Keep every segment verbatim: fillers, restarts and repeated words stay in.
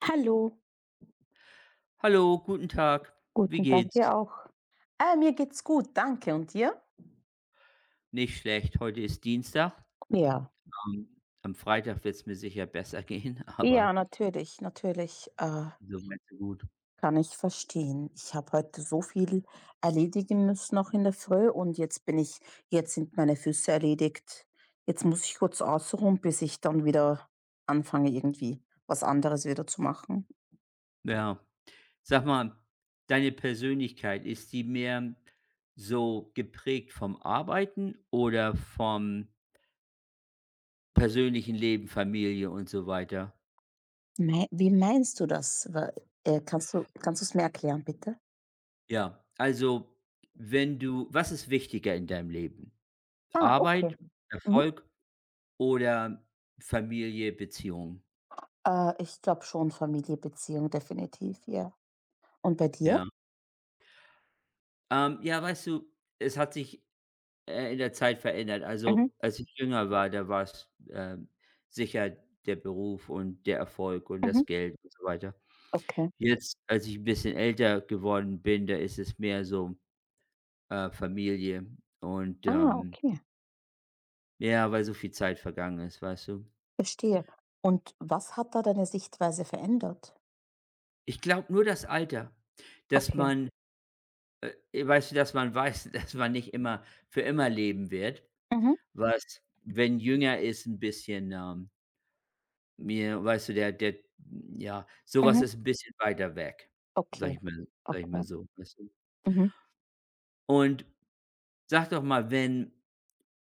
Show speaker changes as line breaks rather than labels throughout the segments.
Hallo,
Hallo, guten Tag. Wie
guten Tag
geht's?
dir auch. Äh, mir geht's gut, danke. Und dir?
Nicht schlecht. Heute ist Dienstag.
Ja,
Ähm, am Freitag wird es mir sicher besser gehen,
ja,
aber
natürlich, natürlich äh,
so weit, so gut.
kann ich verstehen. Ich habe heute so viel erledigen müssen noch in der Früh, und jetzt bin ich, jetzt sind meine Füße erledigt. Jetzt muss ich kurz ausruhen, bis ich dann wieder anfange, irgendwie was anderes wieder zu machen.
Ja. Sag mal, deine Persönlichkeit, ist die mehr so geprägt vom Arbeiten oder vom persönlichen Leben, Familie und so weiter?
Mei- Wie meinst du das? Wa- äh, Kannst du, kannst du es mir erklären, bitte?
Ja, also wenn du was ist wichtiger in deinem Leben?
Ah, okay.
Arbeit,
Mhm.
Erfolg oder Familie, Beziehung?
Äh, ich glaube schon Familie, Beziehung, definitiv, ja. Und bei dir?
Ja. Ähm, ja, weißt du, es hat sich, äh, in der Zeit verändert.
Mhm,
Also, als ich jünger war, da war's, ähm, sicher der Beruf und der Erfolg und
mhm,
das Geld und so weiter.
okay.
Jetzt, als ich ein bisschen älter geworden bin, da ist es mehr so, äh, Familie und,
Ah,
ähm
okay.
ja, weil so viel Zeit vergangen ist, weißt du?
Verstehe. Und was hat da deine Sichtweise verändert?
Ich glaube nur das Alter, dass
Okay.
man, äh weißt du, dass man weiß, dass man nicht immer für immer leben wird,
Mhm,
was, wenn jünger ist, ein bisschen, ähm mir weißt du, der der ja, sowas
mhm,
ist ein bisschen weiter weg, sage
okay,
ich mal sage ich mal
okay.
so, weißt du?
Mhm,
Und sag doch mal, wenn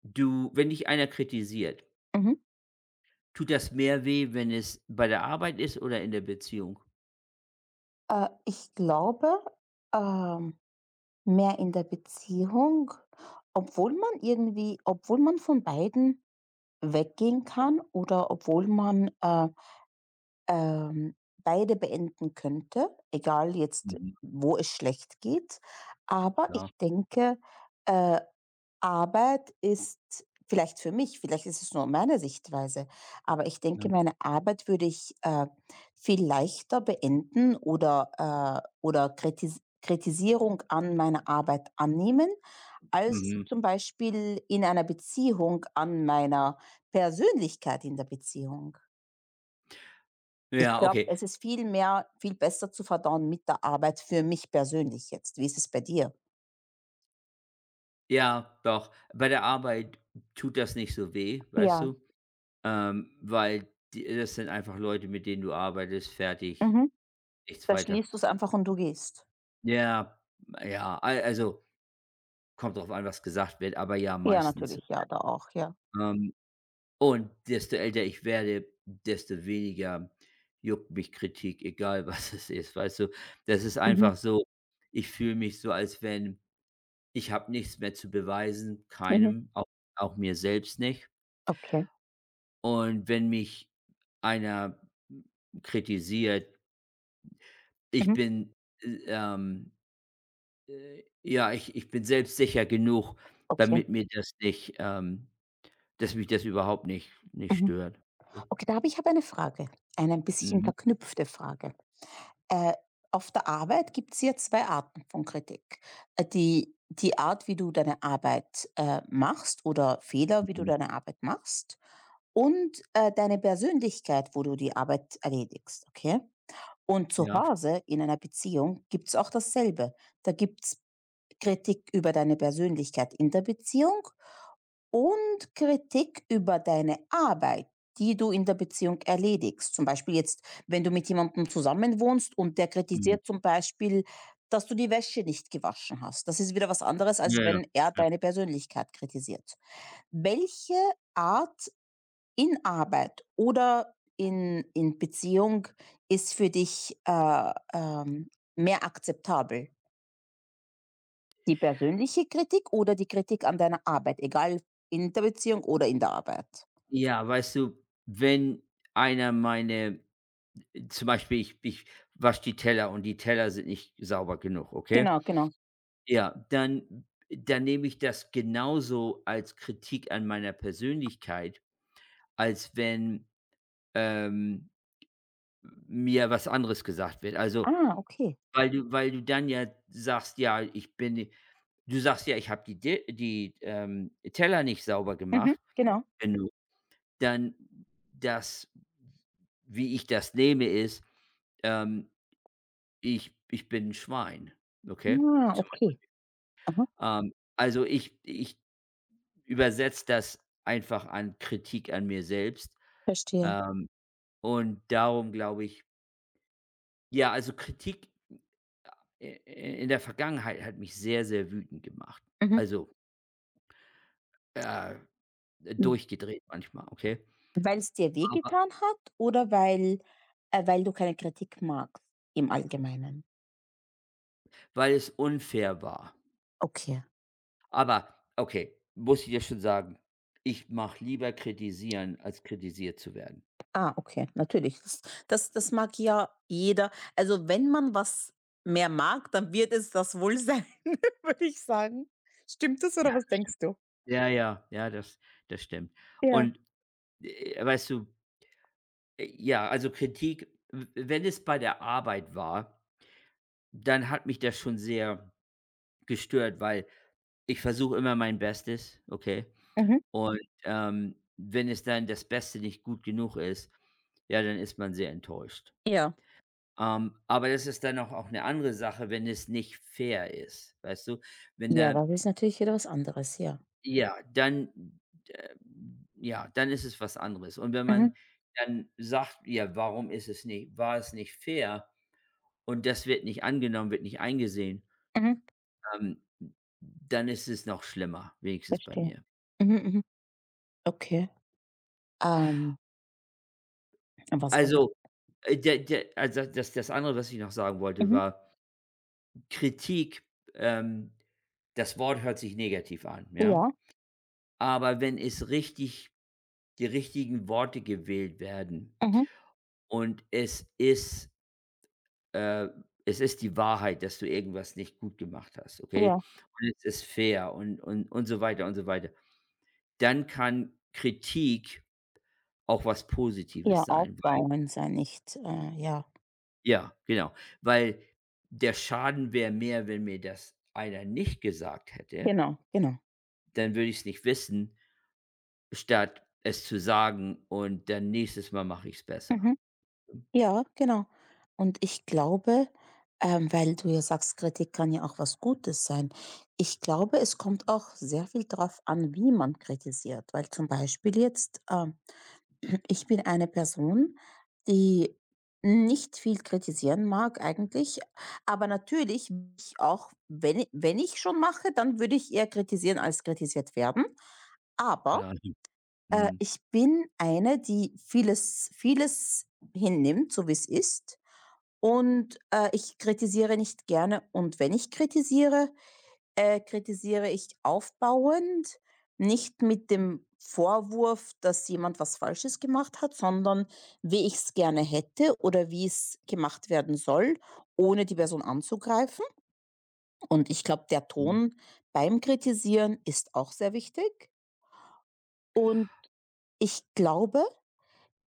du wenn dich einer kritisiert,
mhm.
tut das mehr weh, wenn es bei der Arbeit ist oder in der Beziehung?
Äh, ich glaube, ähm, mehr in der Beziehung, obwohl man irgendwie obwohl man von beiden weggehen kann, oder obwohl man, äh, ähm, beide beenden könnte, egal jetzt,
Mhm,
wo es schlecht geht. Aber ich
klar,
denke, äh Arbeit ist vielleicht für mich, vielleicht ist es nur meine Sichtweise, aber ich
ne?
denke, meine Arbeit würde ich äh, viel leichter beenden, oder, äh, oder kritis Kritisierung an meiner Arbeit annehmen, als
Mhm.
zum Beispiel in einer Beziehung an meiner Persönlichkeit in der Beziehung. Ich
Ja,
glaube,
okay.
es ist viel mehr, viel besser zu verdauen mit der Arbeit für mich persönlich jetzt. Wie ist es bei dir?
Ja, doch. Bei der Arbeit tut das nicht so weh, weißt
Ja,
du? Ähm, weil die das sind einfach Leute, mit denen du arbeitest, fertig,
mhm.
nichts
Da
weiter.
schließt du es einfach und du gehst.
Ja, ja, al also kommt drauf an, was gesagt wird, aber ja,
Ja,
meistens. So.
natürlich, ja, da auch, ja.
Ähm, und desto älter ich werde, desto weniger juckt mich Kritik, egal was es ist, weißt du? Das ist
Mhm,
einfach so, ich fühle mich so, als wenn ich habe nichts mehr zu beweisen,
mhm.
keinem, auch auch mir selbst nicht.
Okay,
Und wenn mich einer kritisiert, ich
Mhm.
bin, äh, ähm, äh, ja, ich ich bin selbstsicher genug,
okay.
damit mir das nicht, ähm dass mich das überhaupt nicht nicht
Mhm.
stört. So.
Okay, da habe ich aber eine Frage, eine ein bisschen
Mhm,
verknüpfte Frage. Äh, auf der Arbeit gibt es ja zwei Arten von Kritik. Äh, die die Art, wie du deine Arbeit, äh, machst, oder Fehler, wie du
mhm.
deine Arbeit machst, und äh, deine Persönlichkeit, wo du die Arbeit erledigst, okay? Und zu
Ja.
Hause in einer Beziehung gibt's auch dasselbe. Da gibt's Kritik über deine Persönlichkeit in der Beziehung, Und Kritik über deine Arbeit, die du in der Beziehung erledigst. Zum Beispiel jetzt, wenn du mit jemandem zusammenwohnst und der
Mhm.
kritisiert zum Beispiel, dass du die Wäsche nicht gewaschen hast. Das ist wieder was anderes,
Ja,
als
ja,
wenn er
ja.
deine Persönlichkeit kritisiert. Welche Art, in Arbeit oder in, in Beziehung, ist für dich äh, ähm, mehr akzeptabel? Die persönliche Kritik oder die Kritik an deiner Arbeit, egal in der Beziehung oder in der Arbeit?
Ja, weißt du, wenn einer meine zum Beispiel ich ich wasche die Teller und die Teller sind nicht sauber genug, okay?
Genau, genau.
Ja, dann dann nehme ich das genauso als Kritik an meiner Persönlichkeit, als wenn, ähm, mir was anderes gesagt wird. Also,
Ah, okay.
weil du weil du dann ja sagst: „Ja, ich bin Du sagst ja: „Ich habe die De die, ähm, Teller nicht sauber
Mhm,
gemacht.“
genau.
Wenn dann das wie ich das nehme, ist, ähm, ich ich bin 'n Schwein, okay?
Ah, okay. Aha,
Ähm, also, ich ich übersetze das einfach an Kritik an mir selbst,
verstehe.
ähm, und darum glaube ich ja, also, Kritik i i in der Vergangenheit hat mich sehr, sehr wütend gemacht.
Mhm.
Also, äh,
W
durchgedreht manchmal, okay?
weil's dir wehgetan hat, oder weil äh, weil du keine Kritik magst im Allgemeinen?
Weil es unfair war.
Okay.
Aber okay, muss ich dir schon sagen, ich mache lieber kritisieren, als kritisiert zu werden.
Ah, okay, natürlich. Das das das mag ja jeder. Also, wenn man was mehr mag, dann wird es das wohl sein, würde ich sagen. Stimmt das, oder
Ja.
was denkst du?
Ja, ja, ja, das das stimmt.
Ja.
Und, äh, weißt du, äh, ja, also Kritik, w wenn es bei der Arbeit war, dann hat mich das schon sehr gestört, weil ich versuche immer mein Bestes, okay?
Mhm.
Und, ähm, wenn es dann das Beste nicht gut genug ist, ja, dann ist man sehr enttäuscht.
Ja.
Ähm, aber das ist dann auch auch 'ne andere Sache, wenn es nicht fair ist, weißt du? Wenn
Ja,
der
das ist natürlich wieder was anderes, ja.
Ja, dann äh, ja, dann ist es was anderes. Und wenn
Mhm,
man dann sagt: „Ja, warum ist es nicht war es nicht fair?“ und das wird nicht angenommen, wird nicht eingesehen,
mhm,
ähm, dann ist es noch schlimmer, wenigstens bei
verstehe.
mir.
Mhm, mhm. Okay. Ähm, Was wollte ich,
Also, äh, der der also, das das andere, was ich noch sagen wollte,
mhm,
war Kritik, ähm das Wort hört sich negativ an, ja?
ja,
Aber wenn es richtig die richtigen Worte gewählt werden.
mhm,
Und es ist, äh es ist die Wahrheit, dass du irgendwas nicht gut gemacht hast, okay?
ja,
Und es ist fair und und und so weiter und so weiter. Dann kann Kritik auch was
ja,
Positives sein, weil
aufbauen, sei nicht äh, ja,
ja, genau, weil der Schaden wäre mehr, wenn mir das einer nicht gesagt hätte,
genau, genau.
dann würde ich es nicht wissen, statt es zu sagen und dann nächstes Mal mache ich es besser.
Mhm, ja, genau. Und ich glaube, ähm, weil du ja sagst, Kritik kann ja auch was Gutes sein. Ich glaube, es kommt auch sehr viel darauf an, wie man kritisiert, weil zum Beispiel jetzt, ähm ich bin eine Person, die nicht viel kritisieren mag eigentlich, aber natürlich ich auch, wenn, wenn ich schon mache, dann würde ich eher kritisieren als kritisiert werden. Aber
Klar.
äh,
Mhm.
ich bin eine, die vieles, vieles hinnimmt, so wie es ist. Und äh, ich kritisiere nicht gerne. Und wenn ich kritisiere, äh, kritisiere ich aufbauend, nicht mit dem Vorwurf, dass jemand was Falsches gemacht hat, sondern wie ich es gerne hätte oder wie es gemacht werden soll, ohne die Person anzugreifen. Und ich glaube, der
Mhm.
Ton beim Kritisieren ist auch sehr wichtig. Und ich glaube,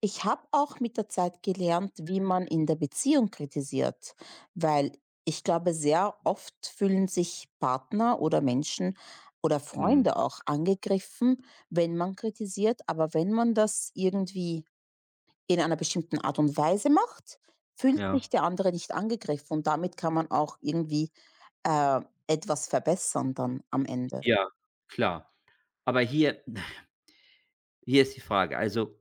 ich habe auch mit der Zeit gelernt, wie man in der Beziehung kritisiert, weil ich glaube, sehr oft fühlen sich Partner oder Menschen oder
Mhm.
Freunde auch angegriffen, wenn man kritisiert, aber wenn man das irgendwie in einer bestimmten Art und Weise macht, fühlt
Ja.
sich der andere nicht angegriffen, und damit kann man auch irgendwie äh, etwas verbessern dann am Ende.
Ja, klar. Aber hier hier ist die Frage, also,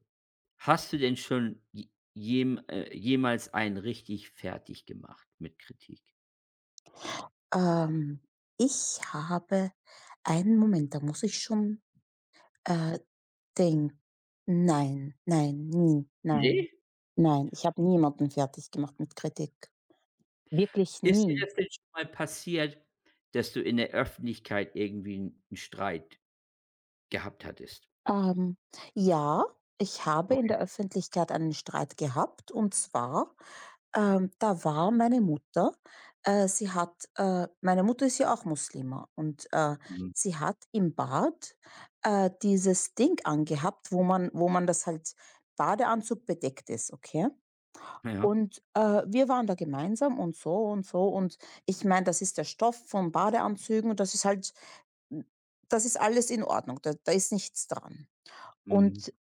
hast du denn schon j jem äh, jemals einen richtig fertig gemacht mit Kritik?
Ähm, Ich habe einen Moment, da muss ich schon äh, Ding. Nein, nein, nie, nein,
Ne?
nein. Ich habe niemanden fertig gemacht mit Kritik. Wirklich
Ist dir
nie.
das denn schon mal passiert, dass du in der Öffentlichkeit irgendwie einen Streit gehabt hattest?
Ähm, ja, ich habe in
Okay.
der Öffentlichkeit einen Streit gehabt, und zwar, ähm, da war meine Mutter. Äh, sie hat äh, meine Mutter ist ja auch Muslima, und äh,
Mhm.
sie hat im Bad, äh, dieses Ding angehabt, wo man wo man das halt Badeanzug bedeckt ist, okay?
Ja.
Und, äh, wir waren da gemeinsam und so und so, und ich meine, das ist der Stoff von Badeanzügen, und das ist halt hm, das ist alles in Ordnung, da da ist nichts dran.
Mhm.
Und,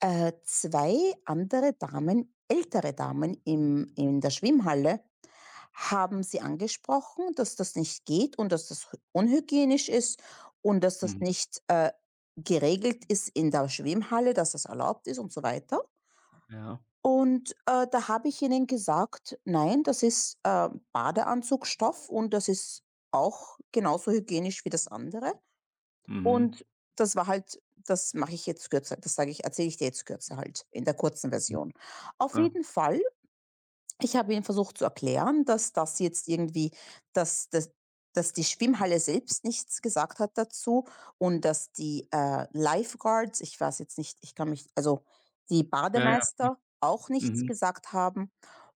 äh, zwei andere Damen, ältere Damen im in der Schwimmhalle haben sie angesprochen, dass das nicht geht und dass das hy unhygienisch ist und dass das
Mhm.
nicht, äh, geregelt ist in der Schwimmhalle, dass das erlaubt ist und so weiter.
Ja.
Und, äh, da habe ich ihnen gesagt: „Nein, das ist, äh, Badeanzugstoff, und das ist auch genauso hygienisch wie das andere.“
Mhm.
Und das war halt. Das mache ich jetzt kürzer. Das sage ich erzähle ich dir jetzt kürzer halt, in der kurzen
Mhm.
Version. Auf
Ja.
jeden Fall, ich habe ihnen versucht zu erklären, dass das jetzt irgendwie dass dass dass die Schwimmhalle selbst nichts gesagt hat dazu und dass die, äh, Lifeguards, ich weiß jetzt nicht, ich kann mich, also die
Ja, ja. Mhm.
Bademeister auch nichts
Mhm.
gesagt haben.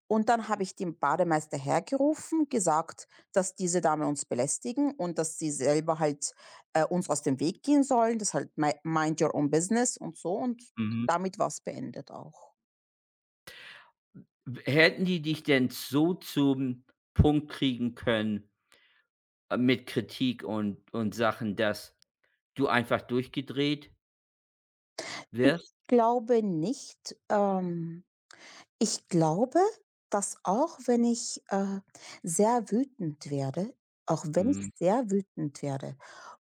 Und dann habe ich den Bademeister hergerufen, gesagt, dass diese Dame uns belästigen und dass sie selber halt, äh, uns aus dem Weg gehen sollen, das halt mei „Mind your own business“ und so, und
Mhm.
damit war's beendet auch.
W Hätten die dich denn so zum Punkt kriegen können? Äh, mit Kritik und und Sachen, dass du einfach durchgedreht
Ich
wirst?
glaube nicht, ähm ich glaube, dass auch wenn ich, äh, sehr wütend werde auch wenn ich
Mhm.
sehr wütend werde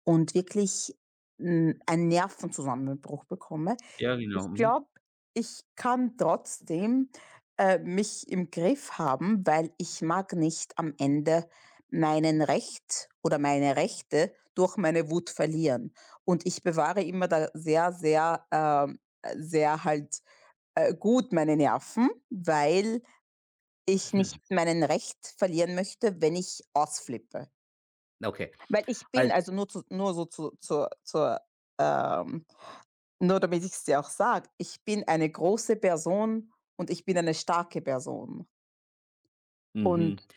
und wirklich, hm, einen Nervenzusammenbruch bekomme,
Ja, genau.
ich
Mhm.
glaube, ich kann trotzdem, äh, mich im Griff haben, weil ich mag nicht am Ende meinen Recht oder meine Rechte durch meine Wut verlieren. Und ich bewahre immer da sehr, sehr, ähm, sehr halt, äh, gut meine Nerven, weil ich nicht meinen Recht verlieren möchte, wenn ich ausflippe.
Okay.
Weil ich bin
Also
also nur zu nur so zu zur zur, ähm nur damit ich es dir auch sage, ich bin eine große Person und ich bin eine starke Person.
mhm.
Und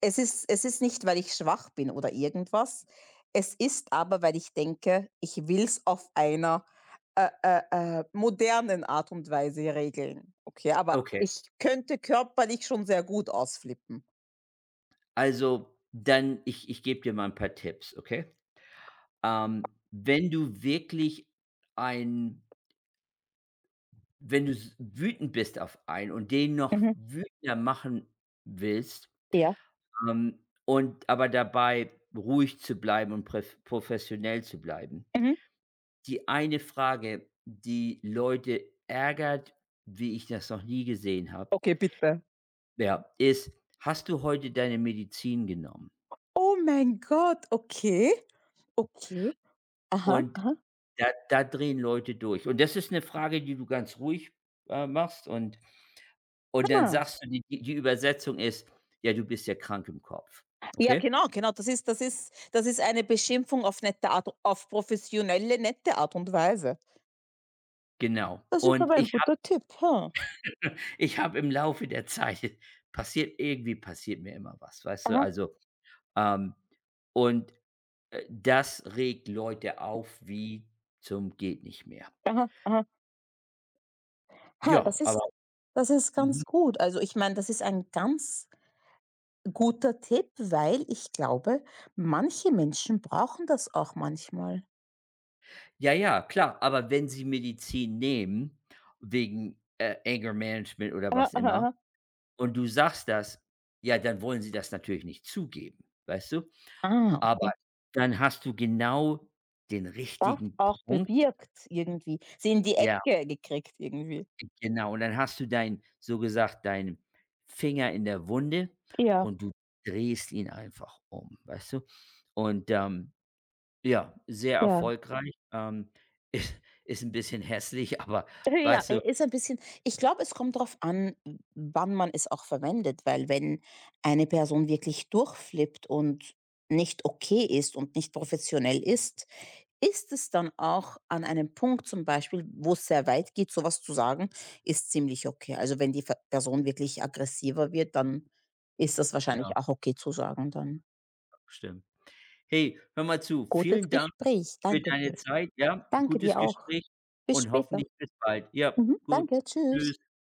es ist es ist nicht, weil ich schwach bin oder irgendwas. Es ist aber, weil ich denke, ich will es auf einer, äh, äh, äh, modernen Art und Weise regeln. Okay, aber
Okay.
ich könnte körperlich schon sehr gut ausflippen.
Also, dann ich ich gebe dir mal ein paar Tipps, okay? Ähm, wenn du wirklich ein wenn du s wütend bist auf einen und den noch
Mhm.
wütender machen willst,
Ja.
ähm, und aber dabei ruhig zu bleiben und pref professionell zu bleiben.
Mhm.
Die eine Frage, die Leute ärgert, wie ich das noch nie gesehen habe,
Okay, bitte.
ja, ist: „Hast du heute deine Medizin genommen?“
Oh mein Gott, okay, okay. Aha,
Und
aha,
da da drehen Leute durch. Und das ist eine Frage, die du ganz ruhig, äh, machst und und dann
ah.
sagst du, die die die Übersetzung ist: „Ja, du bist ja krank im Kopf.“
Ja,
Okay?
genau, genau. Das ist das ist das ist eine Beschimpfung auf nette Art, auf professionelle, nette Art und Weise.
Genau.
Das ist
Und
aber
ich
ein
habe
guter Tipp, ha.
ich habe im Laufe der Zeit passiert irgendwie passiert mir immer was, weißt du?
Aha,
Also, ähm, und Äh, das regt Leute auf wie zum geht nicht mehr.
aha, aha. Ha,
Ja,
das
aber
ist das ist
mhm.
ganz gut. Also, ich meine, das ist ein ganz guter Tipp, weil ich glaube, manche Menschen brauchen das auch manchmal.
Ja, ja, klar, aber wenn sie Medizin nehmen wegen, äh, Anger Management oder
Aha,
was
aha,
immer
aha.
und du sagst das, ja, dann wollen sie das natürlich nicht zugeben, weißt du?
Ah,
Aber
okay.
dann hast du genau den
Das
richtigen
auch
Punkt.
bewirkt irgendwie. Sie in die
Ja,
Ecke gekriegt irgendwie.
genau. Und dann hast du dein so gesagt, deinen Finger in der Wunde
Ja,
und du drehst ihn einfach um, weißt du? Und, ähm ja, sehr
ja.
erfolgreich. Ähm, ist ist ein bisschen hässlich, aber
Ja,
weißt
i
du
ist ein bisschen ich glaube, es kommt drauf an, wann man es auch verwendet, weil wenn eine Person wirklich durchflippt und nicht okay ist und nicht professionell ist, ist es dann auch an einem Punkt, zum Beispiel, wo's sehr weit geht, sowas zu sagen, ist ziemlich okay. Also, wenn die Ver Person wirklich aggressiver wird, dann ist das
ja,
wahrscheinlich auch okay zu sagen dann.
stimmt. Hey, hör mal zu.
Gutes
Vielen Dank
Gespräch,
für
danke
deine
schön.
Zeit, ja?
Danke
Gutes
dir auch.
Gespräch
Bis
und
später.
hoffentlich bis bald. Ja,
Mhm,
gut.
danke, tschüss.
Tschüss.